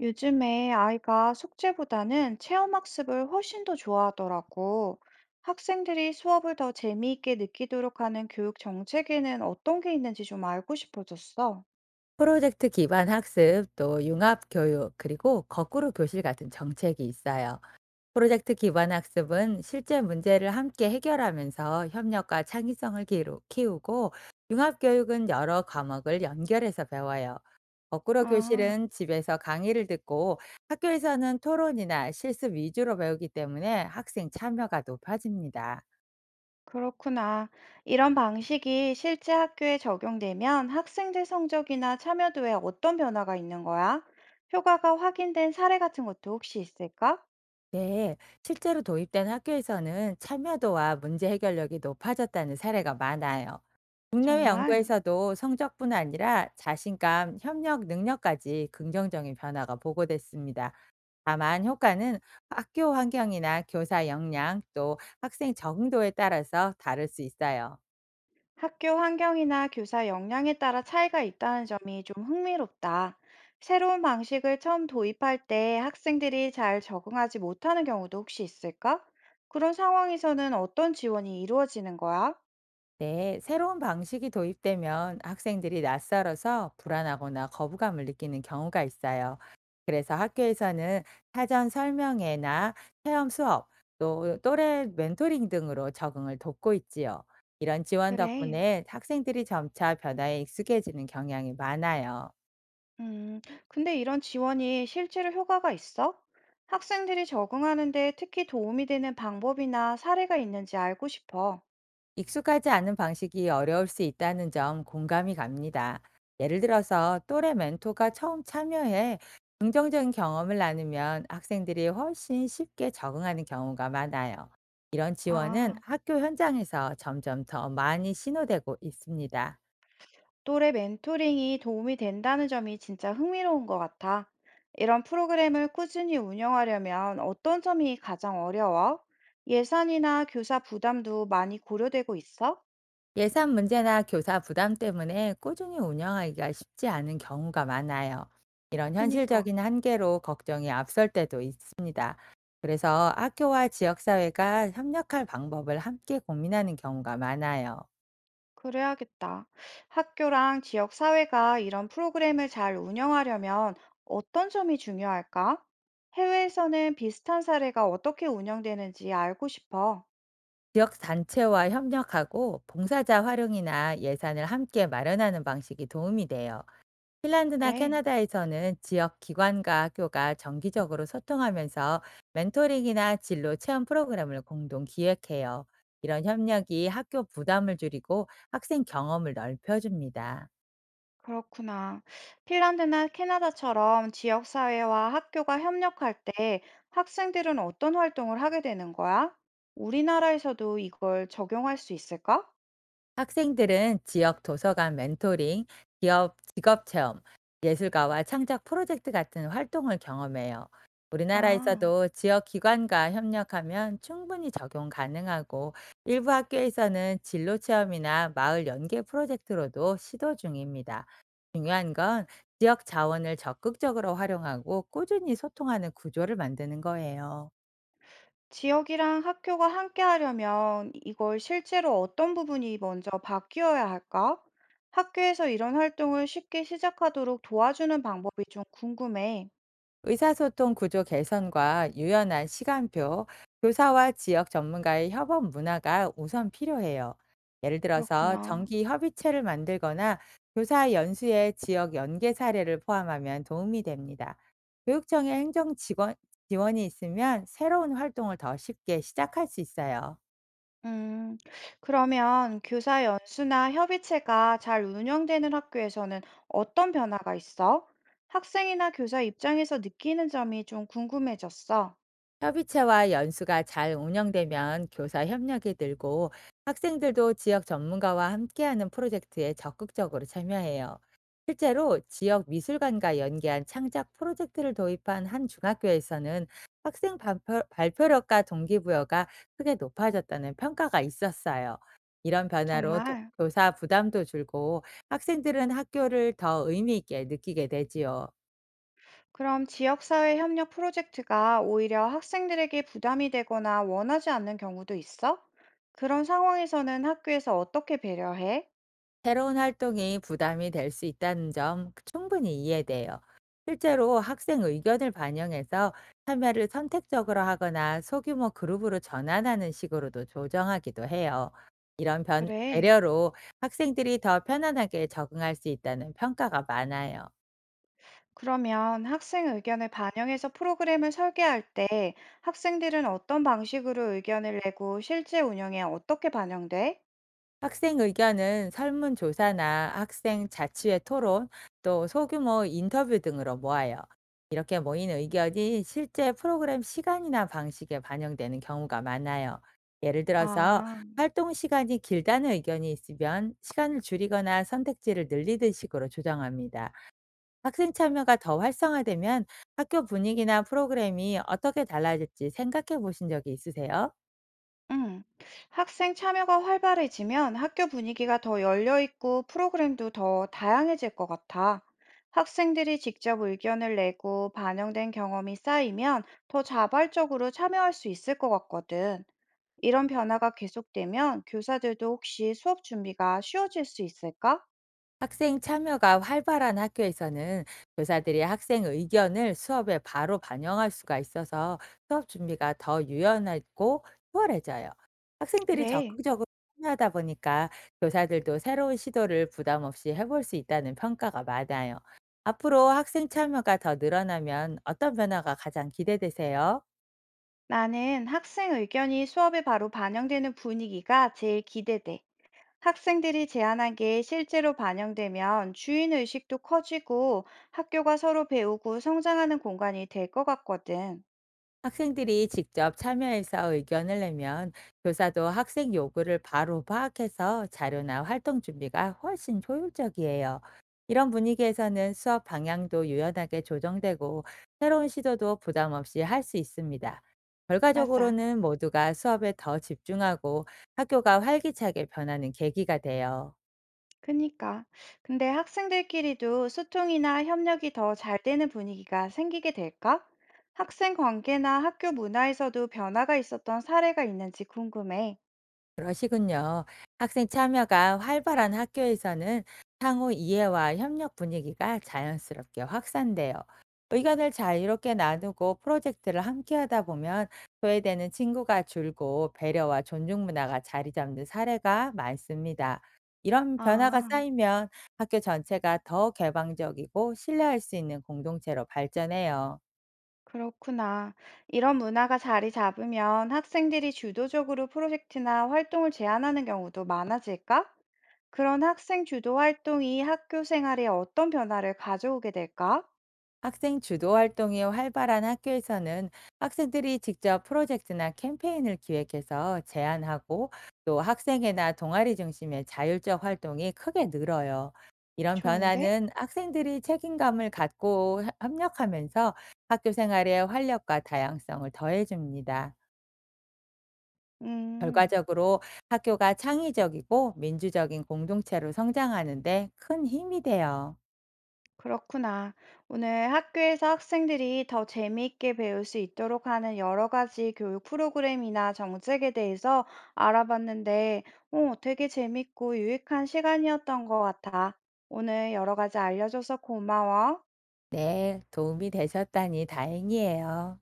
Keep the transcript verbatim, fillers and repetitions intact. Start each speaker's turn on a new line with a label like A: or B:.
A: 요즘에 아이가 숙제보다는 체험학습을 훨씬 더 좋아하더라고. 학생들이 수업을 더 재미있게 느끼도록 하는 교육 정책에는 어떤 게 있는지 좀 알고 싶어졌어.
B: 프로젝트 기반 학습, 또 융합 교육, 그리고 거꾸로 교실 같은 정책이 있어요. 프로젝트 기반 학습은 실제 문제를 함께 해결하면서 협력과 창의성을 기루- 키우고, 융합 교육은 여러 과목을 연결해서 배워요. 거꾸로
A: 아,
B: 교실은 집에서 강의를 듣고 학교에서는 토론이나 실습 위주로 배우기 때문에 학생 참여가 높아집니다.
A: 그렇구나. 이런 방식이 실제 학교에 적용되면 학생들 성적이나 참여도에 어떤 변화가 있는 거야? 효과가 확인된 사례 같은 것도 혹시 있을까?
B: 네, 실제로 도입된 학교에서는 참여도와 문제 해결력이 높아졌다는 사례가 많아요. 국내외
A: 정말.
B: 연구에서도 성적뿐 아니라 자신감, 협력 능력까지 긍정적인 변화가 보고됐습니다. 다만 효과는 학교 환경이나 교사 역량 또 학생 적응도에 따라서 다를 수 있어요.
A: 학교 환경이나 교사 역량에 따라 차이가 있다는 점이 좀 흥미롭다. 새로운 방식을 처음 도입할 때 학생들이 잘 적응하지 못하는 경우도 혹시 있을까? 그런 상황에서는 어떤 지원이 이루어지는 거야?
B: 네, 새로운 방식이 도입되면 학생들이 낯설어서 불안하거나 거부감을 느끼는 경우가 있어요. 그래서 학교에서는 사전 설명회나 체험 수업, 또 또래 멘토링 등으로 적응을 돕고 있지요. 이런 지원
A: 그래.
B: 덕분에 학생들이 점차 변화에 익숙해지는 경향이 많아요.
A: 음, 근데 이런 지원이 실제로 효과가 있어? 학생들이 적응하는데 특히 도움이 되는 방법이나 사례가 있는지 알고 싶어.
B: 익숙하지 않은 방식이 어려울 수 있다는 점 공감이 갑니다. 예를 들어서 또래 멘토가 처음 참여해 긍정적인 경험을 나누면 학생들이 훨씬 쉽게 적응하는 경우가 많아요. 이런 지원은
A: 아.
B: 학교 현장에서 점점 더 많이 신호되고 있습니다.
A: 또래 멘토링이 도움이 된다는 점이 진짜 흥미로운 것 같아. 이런 프로그램을 꾸준히 운영하려면 어떤 점이 가장 어려워? 예산이나 교사 부담도 많이 고려되고 있어?
B: 예산 문제나 교사 부담 때문에 꾸준히 운영하기가 쉽지 않은 경우가 많아요. 이런
A: 그니까,
B: 현실적인 한계로 걱정이 앞설 때도 있습니다. 그래서 학교와 지역사회가 협력할 방법을 함께 고민하는 경우가 많아요.
A: 그래야겠다. 학교랑 지역 사회가 이런 프로그램을 잘 운영하려면 어떤 점이 중요할까? 해외에서는 비슷한 사례가 어떻게 운영되는지 알고 싶어.
B: 지역단체와 협력하고 봉사자 활용이나 예산을 함께 마련하는 방식이 도움이 돼요. 핀란드나
A: 그래.
B: 캐나다에서는 지역 기관과 학교가 정기적으로 소통하면서 멘토링이나 진로 체험 프로그램을 공동 기획해요. 이런 협력이 학교 부담을 줄이고 학생 경험을 넓혀줍니다.
A: 그렇구나. 핀란드나 캐나다처럼 지역사회와 학교가 협력할 때 학생들은 어떤 활동을 하게 되는 거야? 우리나라에서도 이걸 적용할 수 있을까?
B: 학생들은 지역 도서관 멘토링, 기업 직업 체험, 예술가와 창작 프로젝트 같은 활동을 경험해요.
A: 아,
B: 우리나라에서도 지역 기관과 협력하면 충분히 적용 가능하고 일부 학교에서는 진로 체험이나 마을 연계 프로젝트로도 시도 중입니다. 중요한 건 지역 자원을 적극적으로 활용하고 꾸준히 소통하는 구조를 만드는 거예요.
A: 지역이랑 학교가 함께 하려면 이걸 실제로 어떤 부분이 먼저 바뀌어야 할까? 학교에서 이런 활동을 쉽게 시작하도록 도와주는 방법이 좀 궁금해.
B: 의사소통 구조 개선과 유연한 시간표, 교사와 지역 전문가의 협업 문화가 우선 필요해요. 예를 들어서
A: 그렇구나.
B: 정기 협의체를 만들거나 교사 연수의 지역 연계 사례를 포함하면 도움이 됩니다. 교육청의 행정 직원, 지원이 있으면 새로운 활동을 더 쉽게 시작할 수 있어요.
A: 음, 그러면 교사 연수나 협의체가 잘 운영되는 학교에서는 어떤 변화가 있어? 학생이나 교사 입장에서 느끼는 점이 좀 궁금해졌어.
B: 협의체와 연수가 잘 운영되면 교사 협력이 늘고 학생들도 지역 전문가와 함께하는 프로젝트에 적극적으로 참여해요. 실제로 지역 미술관과 연계한 창작 프로젝트를 도입한 한 중학교에서는 학생 발표, 발표력과 동기부여가 크게 높아졌다는 평가가 있었어요. 이런 변화로 도-
A: 정말.
B: 교사 부담도 줄고 학생들은 학교를 더 의미 있게 느끼게 되지요.
A: 그럼 지역사회 협력 프로젝트가 오히려 학생들에게 부담이 되거나 원하지 않는 경우도 있어? 그런 상황에서는 학교에서 어떻게 배려해?
B: 새로운 활동이 부담이 될 수 있다는 점 충분히 이해돼요. 실제로 학생 의견을 반영해서 참여를 선택적으로 하거나 소규모 그룹으로 전환하는 식으로도 조정하기도 해요. 이런 변,
A: 그래.
B: 배려로 학생들이 더 편안하게 적응할 수 있다는 평가가 많아요.
A: 그러면 학생 의견을 반영해서 프로그램을 설계할 때 학생들은 어떤 방식으로 의견을 내고 실제 운영에 어떻게 반영돼?
B: 학생 의견은 설문조사나 학생 자치회 토론, 또 소규모 인터뷰 등으로 모아요. 이렇게 모인 의견이 실제 프로그램 시간이나 방식에 반영되는 경우가 많아요. 예를 들어서
A: 아,
B: 활동 시간이 길다는 의견이 있으면 시간을 줄이거나 선택지를 늘리는 식으로 조정합니다. 학생 참여가 더 활성화되면 학교 분위기나 프로그램이 어떻게 달라질지 생각해 보신 적이 있으세요?
A: 응. 학생 참여가 활발해지면 학교 분위기가 더 열려있고 프로그램도 더 다양해질 것 같아. 학생들이 직접 의견을 내고 반영된 경험이 쌓이면 더 자발적으로 참여할 수 있을 것 같거든. 이런 변화가 계속되면 교사들도 혹시 수업 준비가 쉬워질 수 있을까?
B: 학생 참여가 활발한 학교에서는 교사들이 학생 의견을 수업에 바로 반영할 수가 있어서 수업 준비가 더 유연하고 수월해져요. 학생들이
A: 그래.
B: 적극적으로 참여하다 보니까 교사들도 새로운 시도를 부담 없이 해볼 수 있다는 평가가 많아요. 앞으로 학생 참여가 더 늘어나면 어떤 변화가 가장 기대되세요?
A: 나는 학생 의견이 수업에 바로 반영되는 분위기가 제일 기대돼. 학생들이 제안한 게 실제로 반영되면 주인 의식도 커지고 학교가 서로 배우고 성장하는 공간이 될 것 같거든.
B: 학생들이 직접 참여해서 의견을 내면 교사도 학생 요구를 바로 파악해서 자료나 활동 준비가 훨씬 효율적이에요. 이런 분위기에서는 수업 방향도 유연하게 조정되고 새로운 시도도 부담 없이 할 수 있습니다.
A: 맞아.
B: 결과적으로는 모두가 수업에 더 집중하고 학교가 활기차게 변하는 계기가 돼요.
A: 그니까. 근데 학생들끼리도 소통이나 협력이 더 잘 되는 분위기가 생기게 될까? 학생 관계나 학교 문화에서도 변화가 있었던 사례가 있는지 궁금해.
B: 그러시군요. 학생 참여가 활발한 학교에서는 상호 이해와 협력 분위기가 자연스럽게 확산돼요. 의견을 자유롭게 나누고 프로젝트를 함께 하다 보면 소외되는 친구가 줄고 배려와 존중 문화가 자리 잡는 사례가 많습니다. 이런 변화가
A: 아.
B: 쌓이면 학교 전체가 더 개방적이고 신뢰할 수 있는 공동체로 발전해요.
A: 그렇구나. 이런 문화가 자리 잡으면 학생들이 주도적으로 프로젝트나 활동을 제안하는 경우도 많아질까? 그런 학생 주도 활동이 학교 생활에 어떤 변화를 가져오게 될까?
B: 학생 주도 활동이 활발한 학교에서는 학생들이 직접 프로젝트나 캠페인을 기획해서 제안하고 또 학생회나 동아리 중심의 자율적 활동이 크게 늘어요. 이런
A: 좋은데?
B: 변화는 학생들이 책임감을 갖고 하- 협력하면서 학교 생활의 활력과 다양성을 더해줍니다.
A: 음.
B: 결과적으로 학교가 창의적이고 민주적인 공동체로 성장하는데 큰 힘이 돼요.
A: 그렇구나. 오늘 학교에서 학생들이 더 재미있게 배울 수 있도록 하는 여러 가지 교육 프로그램이나 정책에 대해서 알아봤는데, 어, 되게 재밌고 유익한 시간이었던 것 같아. 오늘 여러 가지 알려줘서 고마워.
B: 네, 도움이 되셨다니 다행이에요.